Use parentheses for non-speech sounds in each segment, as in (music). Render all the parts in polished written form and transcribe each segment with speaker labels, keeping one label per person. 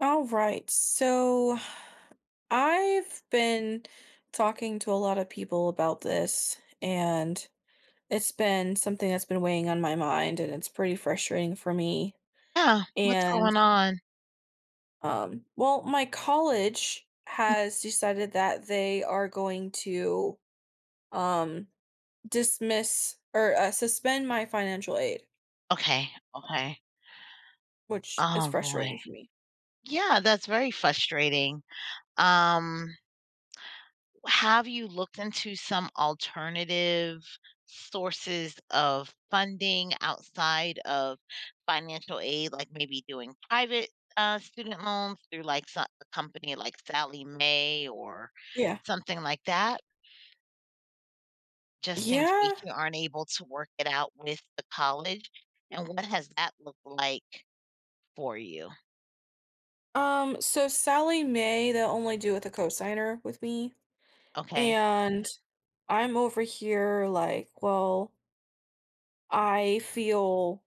Speaker 1: All right. So I've been talking to a lot of people about this, and it's been something that's been weighing on my mind, and it's pretty frustrating for me.
Speaker 2: Yeah, what's
Speaker 1: And
Speaker 2: going on?
Speaker 1: well, my college has decided that they are going to um dismiss or suspend my financial aid,
Speaker 2: Okay, okay.
Speaker 1: which is
Speaker 2: Oh, boy.
Speaker 1: frustrating for me.
Speaker 2: Yeah, that's very frustrating. Um, have you looked into some alternative sources of funding outside of financial aid, like maybe doing private, student loans through, like, so a company like Sally Mae or
Speaker 1: Yeah.
Speaker 2: something like that, just in case
Speaker 1: Yeah.
Speaker 2: you aren't able to work it out with the college? And what has that looked like for you?
Speaker 1: So Sally May, they'll only do with a cosigner with me.
Speaker 2: Okay.
Speaker 1: And I'm over here like, well, I feel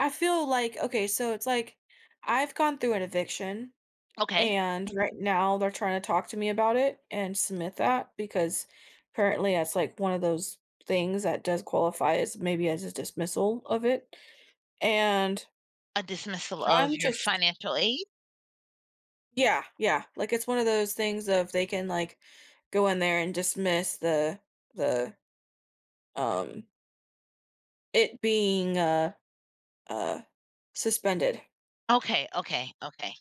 Speaker 1: I feel like okay, so it's like I've gone through an eviction,
Speaker 2: Okay.
Speaker 1: and right now they're trying to talk to me about it and submit that because apparently that's like one of those things that does qualify as maybe as a dismissal of it. And
Speaker 2: A dismissal
Speaker 1: okay.
Speaker 2: of
Speaker 1: I'm
Speaker 2: your
Speaker 1: just
Speaker 2: financial aid?
Speaker 1: Yeah, yeah. Like it's one of those things of they can like go in there and dismiss the um it being Uh, suspended,
Speaker 2: Okay, okay, okay.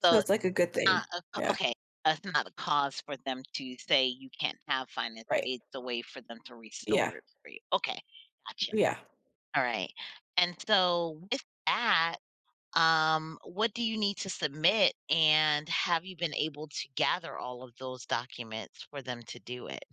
Speaker 1: so
Speaker 2: So,
Speaker 1: it's like a good
Speaker 2: uh,
Speaker 1: thing.
Speaker 2: a c
Speaker 1: Yeah,
Speaker 2: okay, it's not a cause for them to say you can't have financial
Speaker 1: right.
Speaker 2: aid, it's a way for them to
Speaker 1: Yeah,
Speaker 2: restore it for you. Okay, gotcha.
Speaker 1: yeah.
Speaker 2: Alright, and so with that, what do you need to submit, and have you been able to gather all of those documents for them to do it?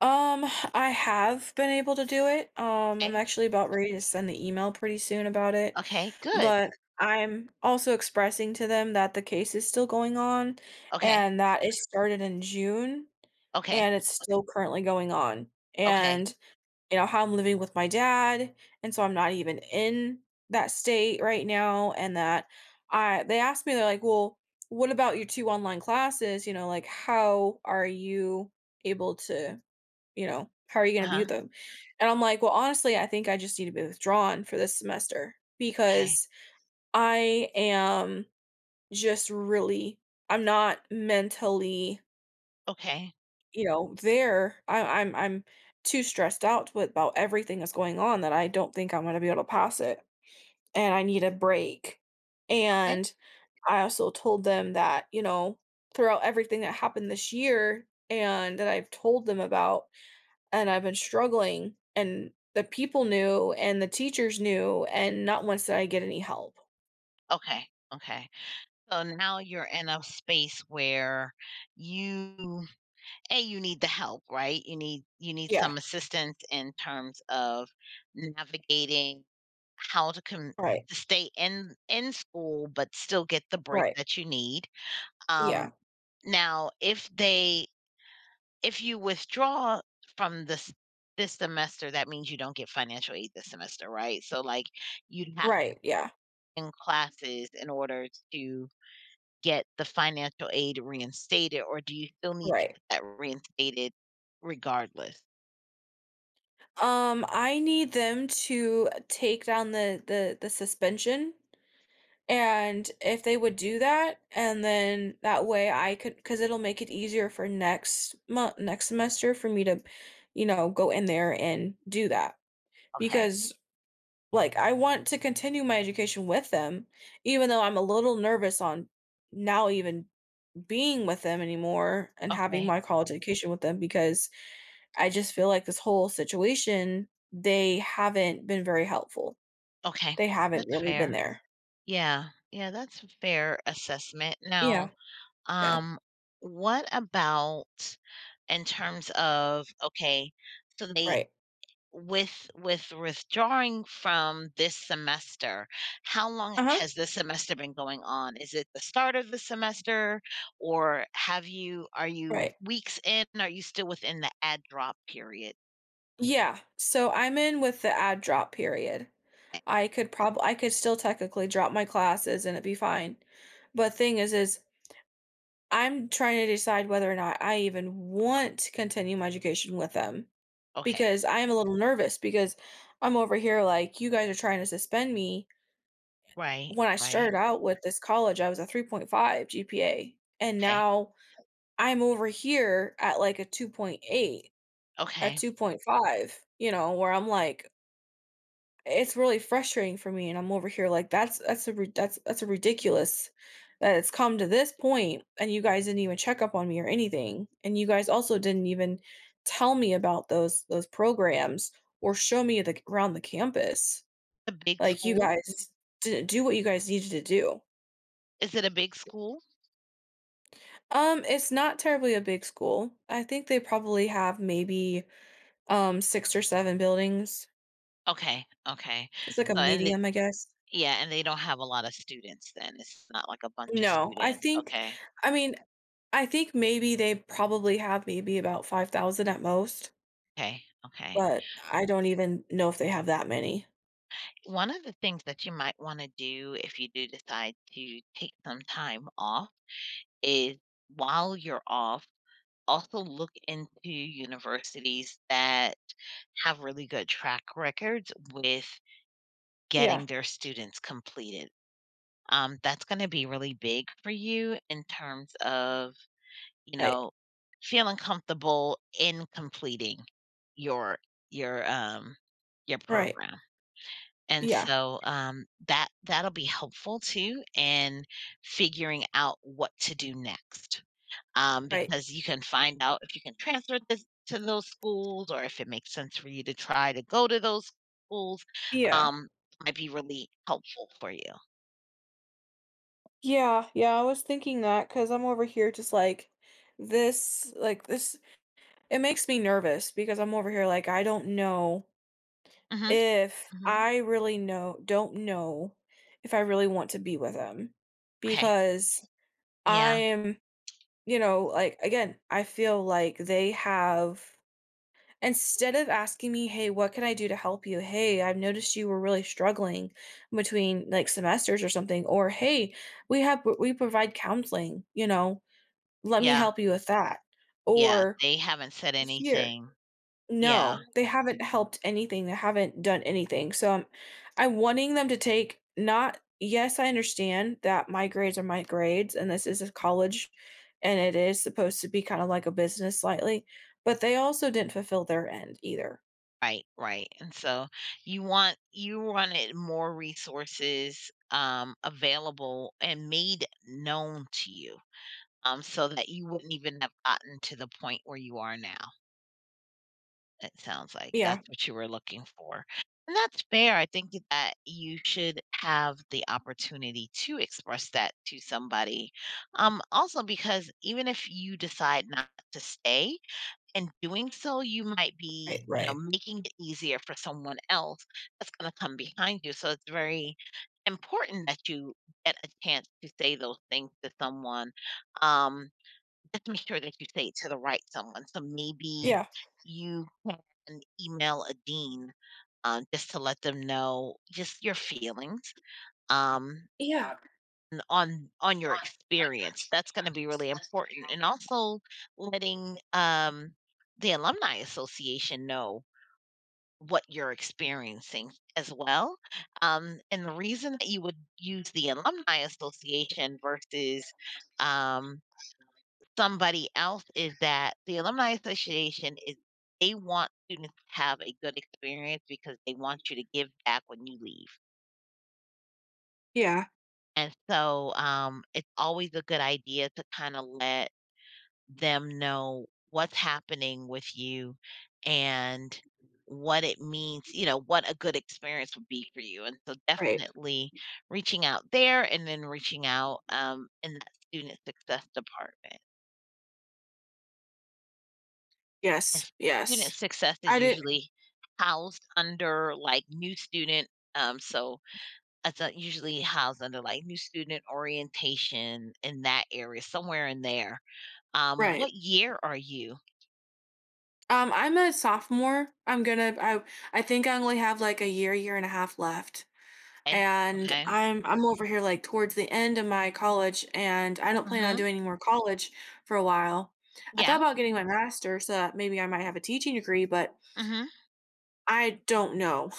Speaker 1: Um, I have been able to do it. I'm
Speaker 2: Okay.
Speaker 1: actually about ready to send the email pretty soon about it,
Speaker 2: Okay, good.
Speaker 1: but I'm also expressing to them that the case is still going on
Speaker 2: Okay,
Speaker 1: and that it started in June
Speaker 2: okay,
Speaker 1: and it's still currently going on,
Speaker 2: okay.
Speaker 1: and you know, how I'm living with my dad, and so I'm not even in that state right now. And that I they asked me. They're like, "Well, what about your 2 online classes? You know, like, how are you able to, you know, how are you gonna be with
Speaker 2: Uh-huh.
Speaker 1: them?" And I'm like, "Well, honestly, I think I just need to be withdrawn for this semester
Speaker 2: Okay,
Speaker 1: because I am just really, I'm not mentally,
Speaker 2: okay,
Speaker 1: you know, there. I'm too stressed out with about everything that's going on that I don't think I'm gonna be able to pass it, and I need a break.
Speaker 2: okay.
Speaker 1: And I also told them that, you know, throughout everything that happened this year, and that I've told them about, and I've been struggling and the people knew and the teachers knew, and not once did I get any help."
Speaker 2: Okay, okay. So now you're in a space where you A, you need the help, right? You need
Speaker 1: Yeah,
Speaker 2: some assistance in terms of navigating how to com
Speaker 1: right,
Speaker 2: to stay in school, but still get the break
Speaker 1: right,
Speaker 2: that you need. Um,
Speaker 1: yeah,
Speaker 2: Now if they if you withdraw from this semester, that means you don't get financial aid this semester, right? So like you'd have to
Speaker 1: right, yeah,
Speaker 2: in classes in order to get the financial aid reinstated, or do you still need to
Speaker 1: right.
Speaker 2: get that reinstated regardless?
Speaker 1: I need them to take down the suspension, and if they would do that, and then that way I could because it'll make it easier for next month, next semester for me to, you know, go in there and do that.
Speaker 2: Okay.
Speaker 1: Because like, I want to continue my education with them, even though I'm a little nervous on now even being with them anymore and having
Speaker 2: Okay.
Speaker 1: my college education with them, because I just feel like this whole situation, they haven't been very helpful.
Speaker 2: Okay.
Speaker 1: They haven't
Speaker 2: That's
Speaker 1: really been
Speaker 2: fair.
Speaker 1: there.
Speaker 2: Yeah. Yeah, that's a fair assessment.
Speaker 1: Yeah,
Speaker 2: Now,
Speaker 1: yeah,
Speaker 2: um, what about in terms of okay, so they
Speaker 1: right.
Speaker 2: with withdrawing from this semester, how long
Speaker 1: Uh-huh,
Speaker 2: has this semester been going on? Is it the start of the semester, or have you are you
Speaker 1: right.
Speaker 2: weeks in? Are you still within the add drop period?
Speaker 1: Yeah, so I'm in with the ad drop period.
Speaker 2: Eh,
Speaker 1: I could probably, I could still technically drop my classes and it'd be fine. But thing is I'm trying to decide whether or not I even want to continue my education with them
Speaker 2: okay.
Speaker 1: because I am a little nervous, because I'm over here like, "You guys are trying to suspend me
Speaker 2: Right.
Speaker 1: when I
Speaker 2: Right.
Speaker 1: started out with this college, I was a 3.5 GPA, and
Speaker 2: Okay.
Speaker 1: now I'm over here at, like, a 2.8, a
Speaker 2: Okay.
Speaker 1: 2.5, you know, where I'm like, it's really frustrating for me." And I'm over here like, "That's a ridiculous that it's come to this point, and you guys didn't even check up on me or anything, and you guys also didn't even tell me about those programs or show me the around the campus.
Speaker 2: A big
Speaker 1: Like, you
Speaker 2: school?
Speaker 1: guys didn't do what you guys needed to do."
Speaker 2: Is it a big school?
Speaker 1: It's not terribly a big school. I think they probably have maybe, 6 or 7 buildings.
Speaker 2: Okay. Okay.
Speaker 1: It's like a, mhm,
Speaker 2: So and it,
Speaker 1: medium, I guess.
Speaker 2: yeah, and they don't have a lot of students then. It's not like a bunch of
Speaker 1: No, I
Speaker 2: students.
Speaker 1: think,
Speaker 2: Okay.
Speaker 1: I mean, I think maybe they probably have maybe about 5,000 at most,
Speaker 2: Okay. Okay.
Speaker 1: but I don't even know if they have that many.
Speaker 2: One of the things that you might want to do if you do decide to take some time off is while you're off, also look into universities that have really good track records with
Speaker 1: Yeah,
Speaker 2: getting their students completed. That's going to be really big for you in terms of, you
Speaker 1: right,
Speaker 2: know, feeling comfortable in completing your your um your
Speaker 1: right.
Speaker 2: program. And
Speaker 1: Yeah,
Speaker 2: so, that that'll be helpful too in figuring out what to do next,
Speaker 1: right.
Speaker 2: because you can find out if you can transfer this to those schools or if it makes sense for you to try to go to those schools,
Speaker 1: Yeah.
Speaker 2: um, might be really helpful for you.
Speaker 1: Yeah, yeah, I was thinking that because 'cause I'm over here just like, this it makes me nervous because I'm over here like, I don't know
Speaker 2: Mhm,
Speaker 1: if
Speaker 2: mhm.
Speaker 1: I really know, don't know if I really want to be with him
Speaker 2: Okay.
Speaker 1: because I
Speaker 2: Yeah,
Speaker 1: am, you know, like, again, I feel like they have instead of asking me, "Hey, what can I do to help you? Hey, I've noticed you were really struggling between like semesters or something," or "Hey, we provide counseling, you know, let me
Speaker 2: yeah,
Speaker 1: help you with that."
Speaker 2: yeah.
Speaker 1: Or,
Speaker 2: They haven't said
Speaker 1: "Here,
Speaker 2: anything. Yeah.
Speaker 1: no, they haven't helped anything, they haven't done anything, so I'm wanting them to take not yes, I understand that my grades are my grades, and this is a college, and it is supposed to be kinda like a business slightly, but they also didn't fulfill their end either."
Speaker 2: Right, right, and so you wanted more resources, available and made known to you, so that you wouldn't even have gotten to the point where you are now, it sounds like.
Speaker 1: Yeah,
Speaker 2: That's what you were looking for, and that's fair, I think that you should have the opportunity to express that to somebody, also because even if you decide not to stay in doing so, you might be,
Speaker 1: right,
Speaker 2: you know,
Speaker 1: right.
Speaker 2: making it easier for someone else that's going to come behind you. So it's very important that you get a chance to say those things to someone. Um, just make sure that you say it to the right someone. So maybe
Speaker 1: Yeah.
Speaker 2: you can email a dean just to let them know just your feelings. Um,
Speaker 1: Yeah.
Speaker 2: on your experience. That's gonna be really important, and also letting, the alumni association know what you're experiencing as well. And the reason that you would use the alumni association versus, um, somebody else is that the alumni association is they want students to have a good experience because they want you to give back when you leave.
Speaker 1: Yeah,
Speaker 2: And so, it's always a good idea to kinda let them know what's happening with you and what it means, you know, what a good experience would be for you. And so
Speaker 1: right.
Speaker 2: definitely reaching out there and then reaching out in that student success department.
Speaker 1: Yes,
Speaker 2: And
Speaker 1: yes.
Speaker 2: student success
Speaker 1: I
Speaker 2: is
Speaker 1: did.
Speaker 2: usually housed under like new student. So it's usually housed under like new student orientation in that area, somewhere in there.
Speaker 1: Right.
Speaker 2: What year are you?
Speaker 1: I'm a sophomore. I think I only have, like, a year, year and a half left.
Speaker 2: Okay.
Speaker 1: And
Speaker 2: Okay.
Speaker 1: I'm over here, like, towards the end of my college, and I don't plan on
Speaker 2: Mm-hmm.
Speaker 1: doing any more college for a while. I thought
Speaker 2: Yeah.
Speaker 1: about getting my master, so that maybe I might have a teaching degree, but
Speaker 2: Mhm.
Speaker 1: I don't know (laughs) know,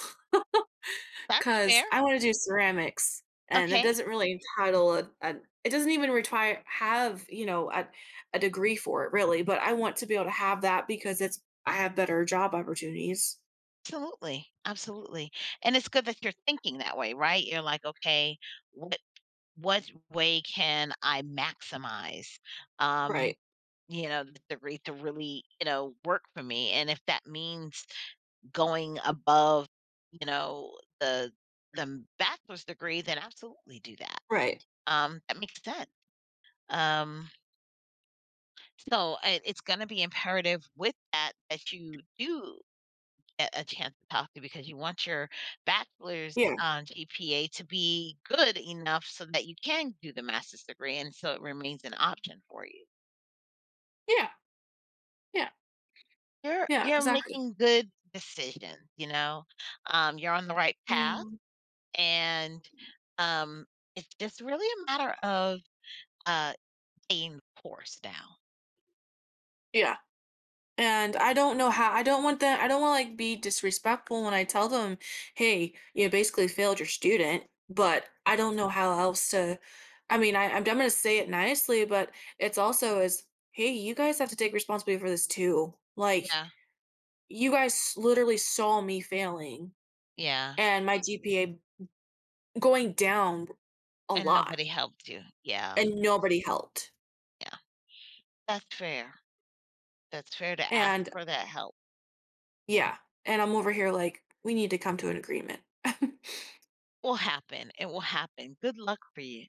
Speaker 2: That's
Speaker 1: cause
Speaker 2: fair.
Speaker 1: I wanna do ceramics, and it
Speaker 2: Okay.
Speaker 1: doesn't really entitle a it doesn't even require have, you know, a degree for it really, but I want to be able to have that because it's I have better job opportunities.
Speaker 2: Absolutely. Absolutely. And it's good that you're thinking that way, right? You're like, okay, what what way can I maximize um, you know, the rate to really, you know, work for me? And if that means going above, you know, the the bachelor's degree, then absolutely do that.
Speaker 1: Right.
Speaker 2: That makes sense. Um, so it's going to be imperative with that that you do get a chance to talk to because you want your bachelor's,
Speaker 1: Yeah.
Speaker 2: GPA to be good enough so that you can do the master's degree, and so it remains an option for you.
Speaker 1: Yeah, yeah,
Speaker 2: You're
Speaker 1: yeah,
Speaker 2: you're
Speaker 1: exactly.
Speaker 2: making good decisions, you know? You're on the right
Speaker 1: Yeah.
Speaker 2: path, and, um, it's just really a matter of, uh, staying the course now.
Speaker 1: Yeah. And I don't know how I don't want that I don't wanna, like, be disrespectful when I tell them, "Hey, you know, basically failed your student," but I don't know how else to, I mean, I'm gonna say it nicely, but it's also is, "Hey, you guys have to take responsibility for this too. Like,
Speaker 2: Yeah,
Speaker 1: you guys literally saw me failing
Speaker 2: yeah,
Speaker 1: and my GPA going down a
Speaker 2: and
Speaker 1: lot,
Speaker 2: nobody helped you. Yeah,
Speaker 1: and nobody helped."
Speaker 2: yeah. That's fair. That's fair to ask
Speaker 1: And
Speaker 2: for that help.
Speaker 1: yeah, and I'm over here like, "We need to come to an agreement." (laughs)
Speaker 2: Will happen. It will happen. Good luck for you.